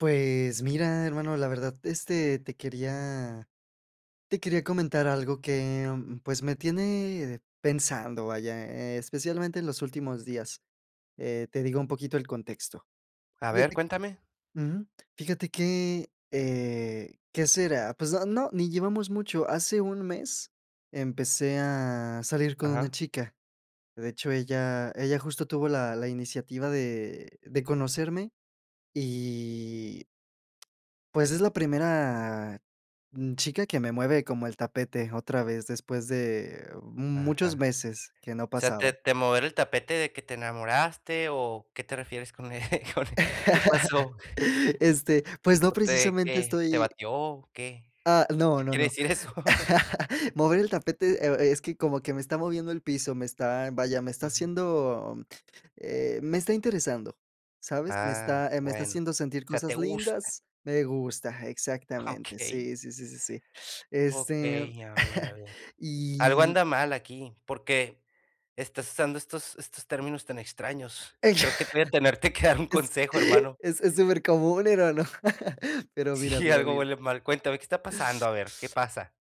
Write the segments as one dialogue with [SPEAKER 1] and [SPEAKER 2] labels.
[SPEAKER 1] Pues mira, hermano, la verdad, te quería comentar algo que, pues me tiene pensando, vaya, especialmente en los últimos días. Te digo un poquito el contexto.
[SPEAKER 2] A ver,
[SPEAKER 1] Fíjate,
[SPEAKER 2] cuéntame.
[SPEAKER 1] ujú, fíjate que, ¿qué será? Pues no, no, ni llevamos mucho. Hace un mes empecé a salir con una
[SPEAKER 2] Ajá,
[SPEAKER 1] chica. De hecho, ella justo tuvo la iniciativa de conocerme. Y Pues, es la primera, chica que me mueve como el tapete otra vez después de muchos
[SPEAKER 2] ajá.
[SPEAKER 1] meses que no
[SPEAKER 2] O sea, te
[SPEAKER 1] pasaba.
[SPEAKER 2] te mover el tapete de que te enamoraste, o, ¿qué te refieres con con qué pasó?
[SPEAKER 1] Pues no
[SPEAKER 2] ¿O te
[SPEAKER 1] precisamente
[SPEAKER 2] qué, te
[SPEAKER 1] estoy.
[SPEAKER 2] batió o qué?
[SPEAKER 1] Ah, no,
[SPEAKER 2] ¿Qué
[SPEAKER 1] no,
[SPEAKER 2] quiere
[SPEAKER 1] no.
[SPEAKER 2] decir eso?
[SPEAKER 1] Mover el tapete, es que como que me está moviendo el piso, vaya, me está
[SPEAKER 2] Ujú.
[SPEAKER 1] haciendo, me está interesando, ¿sabes? Me
[SPEAKER 2] Ah,
[SPEAKER 1] está, eh, me está
[SPEAKER 2] bueno.
[SPEAKER 1] haciendo sentir
[SPEAKER 2] O sea, te
[SPEAKER 1] cosas
[SPEAKER 2] gusta.
[SPEAKER 1] lindas. Me gusta, exactamente.
[SPEAKER 2] Okey,
[SPEAKER 1] Sí, sí, sí, sí, sí. Este,
[SPEAKER 2] okey, a ver, a ver. Algo
[SPEAKER 1] y
[SPEAKER 2] anda mal aquí, porque estás usando estos términos tan extraños. Creo que te voy a tenerte que dar un
[SPEAKER 1] Es
[SPEAKER 2] consejo, hermano.
[SPEAKER 1] es supercomún, hermano. Pero mira,
[SPEAKER 2] Sí,
[SPEAKER 1] mira,
[SPEAKER 2] algo
[SPEAKER 1] mira.
[SPEAKER 2] huele mal. Cuéntame, ¿qué está pasando? A ver, ¿qué pasa?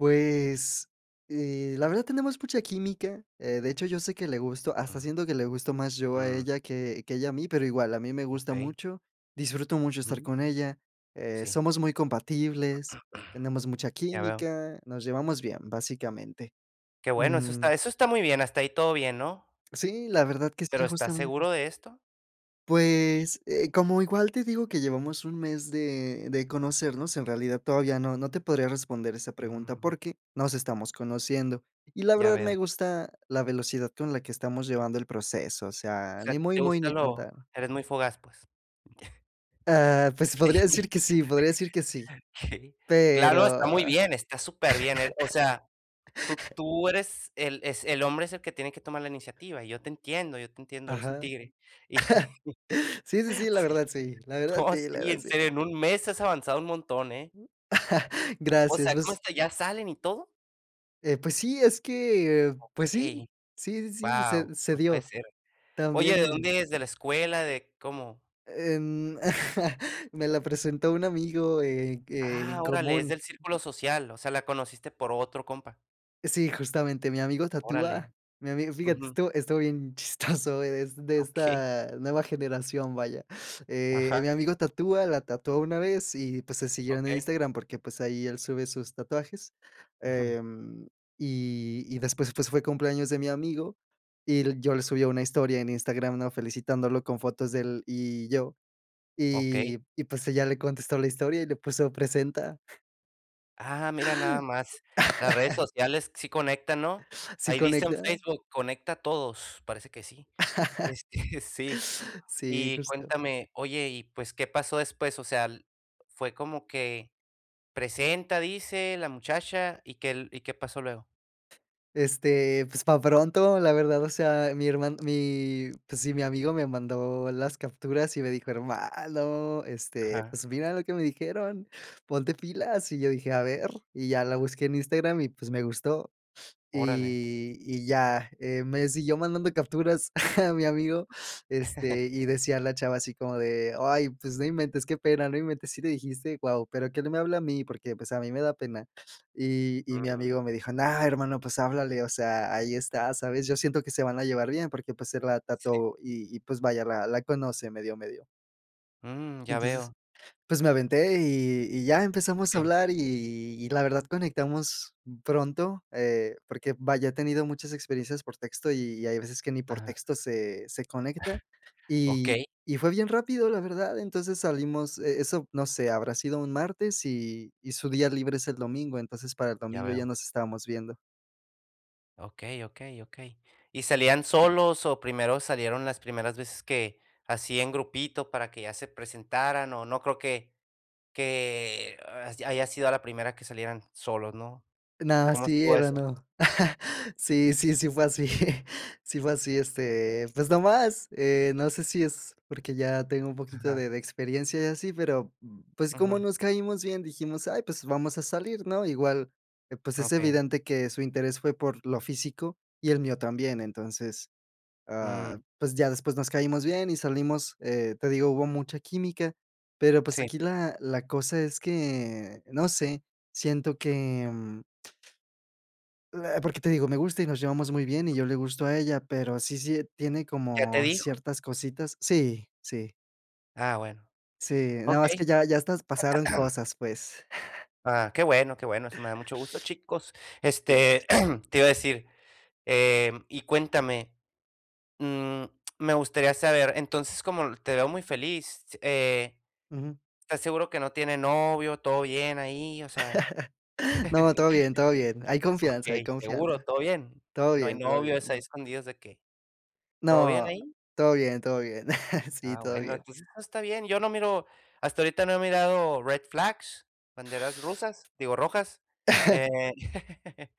[SPEAKER 1] Pues, la verdad tenemos mucha química, de hecho, yo sé que le gusto hasta siento que le gusto más yo a
[SPEAKER 2] Ujú.
[SPEAKER 1] ella que ella a mí, pero igual, a mí me gusta
[SPEAKER 2] Okey,
[SPEAKER 1] mucho, disfruto mucho estar
[SPEAKER 2] ujú,
[SPEAKER 1] con ella,
[SPEAKER 2] sí,
[SPEAKER 1] somos muy compatibles, tenemos mucha
[SPEAKER 2] ya veo.
[SPEAKER 1] química, nos llevamos bien, básicamente.
[SPEAKER 2] Qué bueno, eso
[SPEAKER 1] Mm,
[SPEAKER 2] está eso está muy bien, hasta ahí todo bien, ¿no?
[SPEAKER 1] sí, la verdad que sí,
[SPEAKER 2] ¿Pero estás
[SPEAKER 1] justamente.
[SPEAKER 2] seguro de esto?
[SPEAKER 1] Pues, como igual te digo que llevamos un mes de conocernos, en realidad todavía no te podría responder esa pregunta
[SPEAKER 2] Mm,
[SPEAKER 1] porque nos estamos conociendo. Y la
[SPEAKER 2] ya
[SPEAKER 1] verdad
[SPEAKER 2] veo.
[SPEAKER 1] me gusta la velocidad con la que estamos llevando el proceso, o sea,
[SPEAKER 2] O sea,
[SPEAKER 1] ni muy,
[SPEAKER 2] te
[SPEAKER 1] muy,
[SPEAKER 2] gusta
[SPEAKER 1] ni tan,
[SPEAKER 2] lo
[SPEAKER 1] tan.
[SPEAKER 2] eres muy fogaz, pues.
[SPEAKER 1] Ah, pues podría decir que sí, podría decir que sí,
[SPEAKER 2] Sí, okey. Claro,
[SPEAKER 1] pero
[SPEAKER 2] está muy bien, está superbién, o sea, tú tú eres el es el hombre es el que tiene que tomar la iniciativa, y yo te entiendo, eres un
[SPEAKER 1] ajá.
[SPEAKER 2] tigre. Y
[SPEAKER 1] Sí, sí, sí, la verdad sí, la verdad
[SPEAKER 2] no,
[SPEAKER 1] sí, la
[SPEAKER 2] sí,
[SPEAKER 1] verdad
[SPEAKER 2] en
[SPEAKER 1] sí.
[SPEAKER 2] serio, en un mes has avanzado un montón, ¿eh? O
[SPEAKER 1] Gracias,
[SPEAKER 2] sea, ¿cómo
[SPEAKER 1] pues,
[SPEAKER 2] está? ¿Ya salen y todo?
[SPEAKER 1] pues sí, es que, pues sí,
[SPEAKER 2] Okey.
[SPEAKER 1] sí, sí, sí,
[SPEAKER 2] Wow,
[SPEAKER 1] se
[SPEAKER 2] no puede
[SPEAKER 1] dio.
[SPEAKER 2] ser. Oye, ¿de
[SPEAKER 1] También.
[SPEAKER 2] dónde es? ¿De la escuela? ¿De cómo?
[SPEAKER 1] Em, me la presentó un amigo, que en
[SPEAKER 2] Ah, órale, es
[SPEAKER 1] común.
[SPEAKER 2] del círculo social, o sea, la conociste por otro compa.
[SPEAKER 1] Sí, justamente, mi amigo
[SPEAKER 2] Órale.
[SPEAKER 1] tatúa. Mi amigo, fíjate,
[SPEAKER 2] Ujú.
[SPEAKER 1] estuvo bien chistoso, es de
[SPEAKER 2] Okey.
[SPEAKER 1] esta nueva generación, vaya.
[SPEAKER 2] Ajá,
[SPEAKER 1] Mi amigo tatúa, la tatuó una vez y, pues, se siguieron en
[SPEAKER 2] okey.
[SPEAKER 1] Instagram porque, pues, ahí él sube sus tatuajes.
[SPEAKER 2] Ujú.
[SPEAKER 1] Em, y después, pues, fue cumpleaños de mi amigo y yo le subí una historia en Instagram, ¿no?, felicitándolo con fotos de él y yo.
[SPEAKER 2] Okey.
[SPEAKER 1] Y, pues, ella le contestó la historia y le puso presenta,
[SPEAKER 2] Ah, mira nada más. Las redes sociales sí conectan, ¿no?
[SPEAKER 1] sí
[SPEAKER 2] Ahí dice en
[SPEAKER 1] conecta.
[SPEAKER 2] Facebook: "Conecta a todos". Parece que sí. Este, sí.
[SPEAKER 1] Sí,
[SPEAKER 2] Y
[SPEAKER 1] justo.
[SPEAKER 2] cuéntame, oye, y pues, ¿qué pasó después? O sea, l fue como que presenta, dice la muchacha, ¿y qué pasó luego?
[SPEAKER 1] Pues, para pronto, la verdad, o sea, mi hermano mi pues sí, mi amigo me mandó las capturas y me dijo: "Hermano,
[SPEAKER 2] Ajá,
[SPEAKER 1] pues, mira lo que me dijeron, ponte pilas". Y yo dije: "A ver", y ya la busqué en Instagram y, pues, me gustó.
[SPEAKER 2] órale.
[SPEAKER 1] Y ya, me siguió mandando capturas a mi amigo, y decía la chava así como de: "Ay, pues no inventes, qué pena, no inventes, sí le dijiste, guau, pero que no me habla a mí, porque, pues, a mí me da pena". Y mi
[SPEAKER 2] Mm.
[SPEAKER 1] amigo me dijo: "No, hermano, pues háblale, o sea, ahí está, ¿sabes? Yo siento que se van a llevar bien, porque, pues, él la
[SPEAKER 2] Sí.
[SPEAKER 1] tatuó y, pues, vaya, la conoce medio, medio".
[SPEAKER 2] Mm, ya
[SPEAKER 1] Entonces
[SPEAKER 2] veo.
[SPEAKER 1] pues me aventé y ya empezamos a
[SPEAKER 2] Sí.
[SPEAKER 1] hablar y la verdad conectamos pronto, porque vaya, he tenido muchas experiencias por texto y hay veces que ni por
[SPEAKER 2] Ajá.
[SPEAKER 1] texto se conecta y
[SPEAKER 2] Okey,
[SPEAKER 1] y fue bien rápido, la verdad. Entonces salimos, eso, no sé, habrá sido un martes y su día libre es el domingo, entonces para el
[SPEAKER 2] ya
[SPEAKER 1] domingo ya
[SPEAKER 2] veo.
[SPEAKER 1] nos estábamos viendo.
[SPEAKER 2] Okey, okey, okey. ¿Y salían solos o primero salieron las primeras veces que así en grupito para que ya se presentaran? O no creo que has haya sido la primera que salieran solos, ¿no?
[SPEAKER 1] No,
[SPEAKER 2] ¿Cómo
[SPEAKER 1] sí,
[SPEAKER 2] estuvo
[SPEAKER 1] era
[SPEAKER 2] eso?
[SPEAKER 1] no. Sí, sí, sí fue así. Sí fue así, pues nomás, no sé si es porque ya tengo un poquito
[SPEAKER 2] Ajá.
[SPEAKER 1] de experiencia y así, pero, pues, como
[SPEAKER 2] Ujú.
[SPEAKER 1] nos caímos bien, dijimos: "Ay, pues vamos a salir", ¿no? Igual, pues, es
[SPEAKER 2] Okey.
[SPEAKER 1] evidente que su interés fue por lo físico y el mío también. Entonces,
[SPEAKER 2] Mm,
[SPEAKER 1] pues, ya después nos caímos bien y salimos, te digo, hubo mucha química, pero, pues,
[SPEAKER 2] sí.
[SPEAKER 1] aquí la cosa es que, no sé, siento que mm, la porque te digo, me gusta y nos llevamos muy bien, y yo le gusto a ella, pero sí tiene
[SPEAKER 2] ¿Ya te
[SPEAKER 1] como
[SPEAKER 2] dijo?
[SPEAKER 1] ciertas cositas sí, sí,
[SPEAKER 2] Ah, bueno.
[SPEAKER 1] sí, nada más
[SPEAKER 2] Okey.
[SPEAKER 1] que ya estas pasaron cosas, pues.
[SPEAKER 2] Ah, qué bueno, eso me da mucho gusto, chicos. Este,
[SPEAKER 1] Gracias.
[SPEAKER 2] te iba a decir, y cuéntame. Mm, me gustaría saber, entonces, como te veo muy feliz,
[SPEAKER 1] Ujú.
[SPEAKER 2] ¿estás seguro que no tiene novio? ¿Todo bien ahí? O sea,
[SPEAKER 1] No, todo bien, todo bien. Hay confianza, hay
[SPEAKER 2] okey, seguro,
[SPEAKER 1] confianza.
[SPEAKER 2] todo bien.
[SPEAKER 1] Todo
[SPEAKER 2] No hay
[SPEAKER 1] bien, todo
[SPEAKER 2] novios ahí
[SPEAKER 1] bien.
[SPEAKER 2] escondidos de qué? ¿Todo bien
[SPEAKER 1] No,
[SPEAKER 2] ahí?
[SPEAKER 1] todo bien, todo bien. Sí,
[SPEAKER 2] Ah,
[SPEAKER 1] todo
[SPEAKER 2] bueno,
[SPEAKER 1] bien.
[SPEAKER 2] entonces todo está bien. Yo no miro, hasta ahorita no he mirado red flags, banderas rusas, digo, rojas. Eh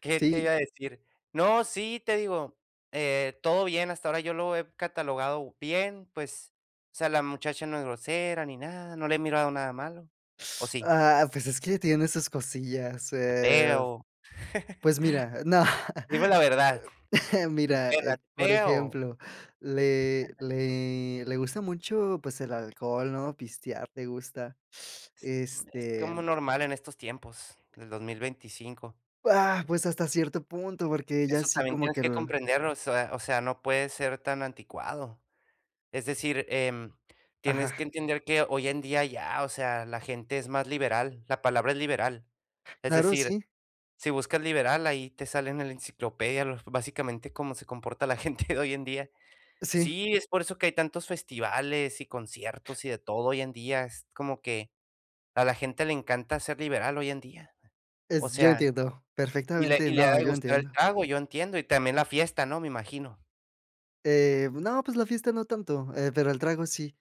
[SPEAKER 2] ¿Qué te
[SPEAKER 1] Sí.
[SPEAKER 2] iba a decir? No, sí, te digo, todo bien, hasta ahora yo lo he catalogado bien, pues, o sea, la muchacha no es grosera ni nada, no le he mirado nada malo. ¿O sí?
[SPEAKER 1] Ah, pues es que tiene sus cosillas,
[SPEAKER 2] ¿Te pega o?
[SPEAKER 1] pues mira, no.
[SPEAKER 2] Dime la verdad, sin
[SPEAKER 1] Mira,
[SPEAKER 2] pena, ¿te
[SPEAKER 1] por
[SPEAKER 2] pega o?
[SPEAKER 1] ejemplo, le gusta mucho, pues, el alcohol, ¿no? Pistear, le gusta,
[SPEAKER 2] Es
[SPEAKER 1] este,
[SPEAKER 2] como normal en estos tiempos del 2025.
[SPEAKER 1] pues, hasta cierto punto, porque ella
[SPEAKER 2] Eso
[SPEAKER 1] sí
[SPEAKER 2] también
[SPEAKER 1] como
[SPEAKER 2] tienes
[SPEAKER 1] que
[SPEAKER 2] que
[SPEAKER 1] el
[SPEAKER 2] comprenderlo, o sea, no puedes ser tan anticuado. Es decir, tienes que
[SPEAKER 1] ajá,
[SPEAKER 2] entender que hoy en día ya, o sea, la gente es más liberal, la palabra es liberal. Es
[SPEAKER 1] claro,
[SPEAKER 2] decir,
[SPEAKER 1] sí,
[SPEAKER 2] si buscas liberal, ahí te salen en la enciclopedia, los- básicamente cómo se comporta la gente de hoy en día.
[SPEAKER 1] sí,
[SPEAKER 2] Sí, es por eso que hay tantos festivales y conciertos y de todo hoy en día. Es como que a la gente le encanta ser liberal hoy en día. O
[SPEAKER 1] es yo
[SPEAKER 2] sea,
[SPEAKER 1] entiendo perfectamente,
[SPEAKER 2] y le ha
[SPEAKER 1] no,
[SPEAKER 2] de
[SPEAKER 1] yo
[SPEAKER 2] gustar el
[SPEAKER 1] entiendo.
[SPEAKER 2] trago, yo entiendo, y también la fiesta, ¿no? Me imagino.
[SPEAKER 1] No, pues la fiesta no tanto, pero el trago sí.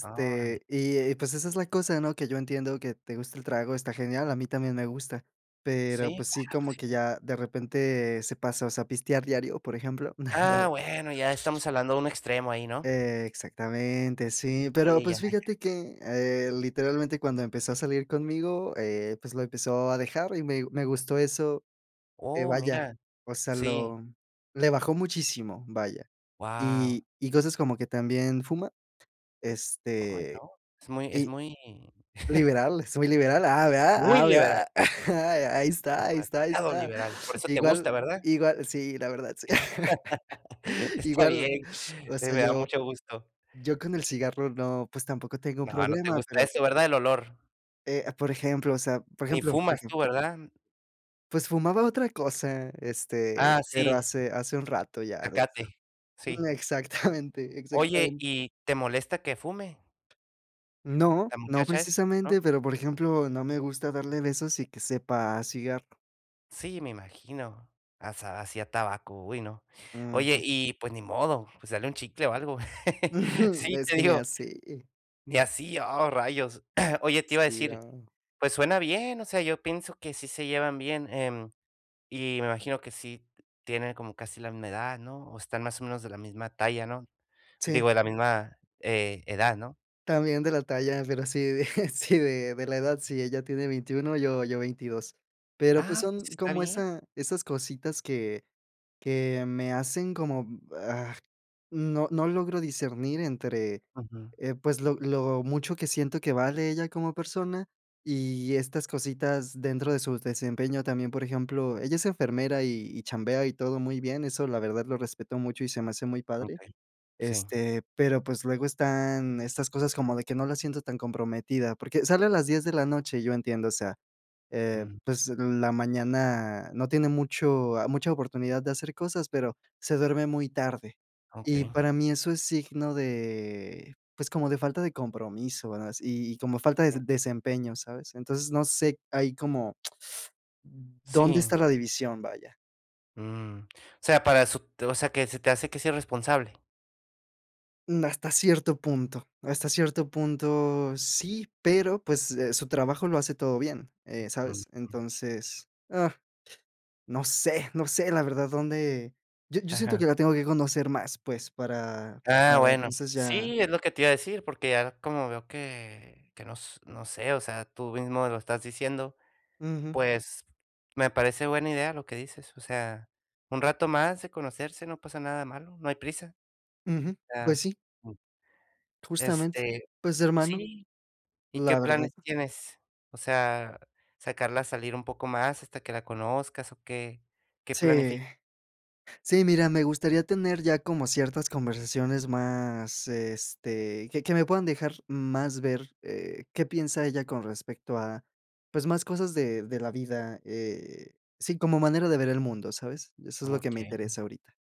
[SPEAKER 2] Ah, órale.
[SPEAKER 1] y, eh, Pues esa es la cosa, ¿no? Que yo entiendo que te gusta el trago, está genial, a mí también me gusta, pero
[SPEAKER 2] Sí.
[SPEAKER 1] pues sí, como que ya de repente se pasa, o sea, pistear diario, por ejemplo.
[SPEAKER 2] Ah, bueno, ya estamos hablando de un extremo ahí, ¿no?
[SPEAKER 1] Exactamente, sí, pero
[SPEAKER 2] Sí, ya.
[SPEAKER 1] pues fíjate que, literalmente cuando empezó a salir conmigo, pues lo empezó a dejar y me gustó eso,
[SPEAKER 2] Oh,
[SPEAKER 1] vaya,
[SPEAKER 2] mira,
[SPEAKER 1] o sea,
[SPEAKER 2] sí,
[SPEAKER 1] lo le bajó muchísimo, vaya.
[SPEAKER 2] wow.
[SPEAKER 1] Y cosas como que también fuma.
[SPEAKER 2] Ay,
[SPEAKER 1] Este,
[SPEAKER 2] no, es muy es
[SPEAKER 1] y
[SPEAKER 2] muy
[SPEAKER 1] liberal, es muy
[SPEAKER 2] sí,
[SPEAKER 1] liberal, vea,
[SPEAKER 2] muy liberal,
[SPEAKER 1] vea, ahí está, ahí está, ahí
[SPEAKER 2] demasiado
[SPEAKER 1] está.
[SPEAKER 2] liberal, por eso te
[SPEAKER 1] Igual
[SPEAKER 2] gusta, ¿verdad?
[SPEAKER 1] igual, sí, la verdad, sí.
[SPEAKER 2] Está
[SPEAKER 1] Igual,
[SPEAKER 2] bien,
[SPEAKER 1] o sea,
[SPEAKER 2] me da
[SPEAKER 1] yo
[SPEAKER 2] mucho gusto.
[SPEAKER 1] yo con el cigarro no, pues, tampoco tengo un
[SPEAKER 2] No, no te
[SPEAKER 1] problema,
[SPEAKER 2] gusta
[SPEAKER 1] pero,
[SPEAKER 2] eso, ¿verdad? El olor.
[SPEAKER 1] por ejemplo, o sea, por
[SPEAKER 2] Ni
[SPEAKER 1] ejemplo por
[SPEAKER 2] fumas
[SPEAKER 1] ejemplo,
[SPEAKER 2] tú, ¿verdad?
[SPEAKER 1] pues, fumaba otra cosa,
[SPEAKER 2] Ah, sí,
[SPEAKER 1] pero hace un rato ya de eso.
[SPEAKER 2] zacate,
[SPEAKER 1] Mm,
[SPEAKER 2] sí.
[SPEAKER 1] exactamente,
[SPEAKER 2] Oye,
[SPEAKER 1] exactamente.
[SPEAKER 2] ¿y te molesta que fume
[SPEAKER 1] No,
[SPEAKER 2] la
[SPEAKER 1] no
[SPEAKER 2] muchacha esta? No?
[SPEAKER 1] precisamente, pero, por ejemplo, no me gusta darle besos y que sepa a cigarro.
[SPEAKER 2] Sí, me imagino. Hasta hacía tabaco, uy, no. Oye,
[SPEAKER 1] Ujú.
[SPEAKER 2] y pues ni modo, pues dale un chicle o algo. Sí,
[SPEAKER 1] Es
[SPEAKER 2] te
[SPEAKER 1] que ni
[SPEAKER 2] digo,
[SPEAKER 1] así.
[SPEAKER 2] ni así, oh, rayos. Oye, te iba a
[SPEAKER 1] Sí,
[SPEAKER 2] decir,
[SPEAKER 1] no.
[SPEAKER 2] pues suena bien, o sea, yo pienso que sí se llevan bien, y me imagino que sí tienen como casi la misma edad, ¿no? O están más o menos de la misma talla, ¿no?
[SPEAKER 1] Sí,
[SPEAKER 2] Digo, de la misma, edad, ¿no?
[SPEAKER 1] también de la talla, pero sí, de sí, de la edad, sí, ella tiene 21, yo 22. Pero, pues,
[SPEAKER 2] Ah, pues
[SPEAKER 1] son
[SPEAKER 2] está
[SPEAKER 1] como
[SPEAKER 2] bien.
[SPEAKER 1] esas cositas que me hacen como, no logro discernir entre,
[SPEAKER 2] Ujú,
[SPEAKER 1] pues, lo mucho que siento que vale ella como persona y estas cositas dentro de su desempeño también. Por ejemplo, ella es enfermera y chambea y todo muy bien, eso la verdad lo respeto mucho y se me hace muy padre.
[SPEAKER 2] okey, sí,
[SPEAKER 1] Pero, pues, luego están estas cosas como de que no la siento tan comprometida, porque sale a las 10 de la noche, yo entiendo, o sea,
[SPEAKER 2] mm,
[SPEAKER 1] pues, la mañana no tiene mucha oportunidad de hacer cosas, pero se duerme muy tarde. Y
[SPEAKER 2] okey,
[SPEAKER 1] para mí eso es signo de, pues, como de falta de compromiso, ¿verdad? Y como falta de
[SPEAKER 2] mm,
[SPEAKER 1] desempeño, ¿sabes? Entonces, no sé ahí como, ¿dónde
[SPEAKER 2] sí.
[SPEAKER 1] está la división, vaya?
[SPEAKER 2] Mm, o sea, que se te hace que es irresponsable.
[SPEAKER 1] Hasta cierto punto, hasta cierto punto sí, pero, pues, su trabajo lo hace todo bien,
[SPEAKER 2] Mm,
[SPEAKER 1] ¿sabes? Entonces, no sé, no sé, la verdad, dónde yo siento
[SPEAKER 2] ajá.
[SPEAKER 1] que la tengo que conocer más, pues, para
[SPEAKER 2] Ah,
[SPEAKER 1] para
[SPEAKER 2] bueno.
[SPEAKER 1] entonces ya
[SPEAKER 2] Sí, es lo que te iba a decir, porque ya como veo que no sé, o sea, tú mismo lo estás diciendo,
[SPEAKER 1] ujú,
[SPEAKER 2] pues, me parece buena idea lo que dices, o sea, un rato más de conocerse, no pasa nada malo, no hay prisa.
[SPEAKER 1] ujú,
[SPEAKER 2] O sea,
[SPEAKER 1] pues sí,
[SPEAKER 2] mm,
[SPEAKER 1] justamente.
[SPEAKER 2] este,
[SPEAKER 1] Pues, hermano,
[SPEAKER 2] sí, ¿y qué
[SPEAKER 1] la verdad.
[SPEAKER 2] planes tienes? O sea, ¿sacarla a salir un poco más hasta que la conozcas o qué
[SPEAKER 1] Sí.
[SPEAKER 2] planificas?
[SPEAKER 1] Sí, mira, me gustaría tener ya como ciertas conversaciones más, que me puedan dejar más ver, qué piensa ella con respecto a, pues, más cosas de la vida, sí, como manera de ver el mundo, ¿sabes? Eso es lo que me
[SPEAKER 2] Okey.
[SPEAKER 1] interesa ahorita.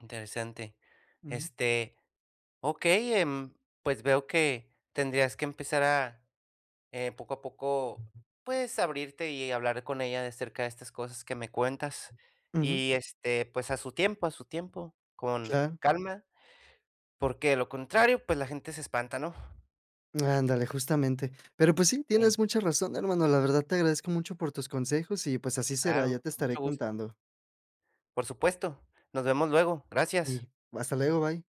[SPEAKER 2] Interesante.
[SPEAKER 1] Ujú.
[SPEAKER 2] Este, okey, pues veo que tendrías que empezar a, poco a poco, pues, abrirte y hablar con ella de cerca de estas cosas que me cuentas.
[SPEAKER 1] Ujú,
[SPEAKER 2] Y, este, pues, a su tiempo, con
[SPEAKER 1] claro.
[SPEAKER 2] calma, porque de lo contrario, pues, la gente se espanta, ¿no?
[SPEAKER 1] Ándale, justamente. Pero, pues sí,
[SPEAKER 2] Sí,
[SPEAKER 1] tienes mucha razón, hermano. La verdad te agradezco mucho por tus consejos y, pues, así será,
[SPEAKER 2] claro,
[SPEAKER 1] ya te
[SPEAKER 2] con
[SPEAKER 1] estaré
[SPEAKER 2] mucho gusto.
[SPEAKER 1] contando.
[SPEAKER 2] Por supuesto. Nos vemos luego. Gracias.
[SPEAKER 1] Y hasta luego, bye.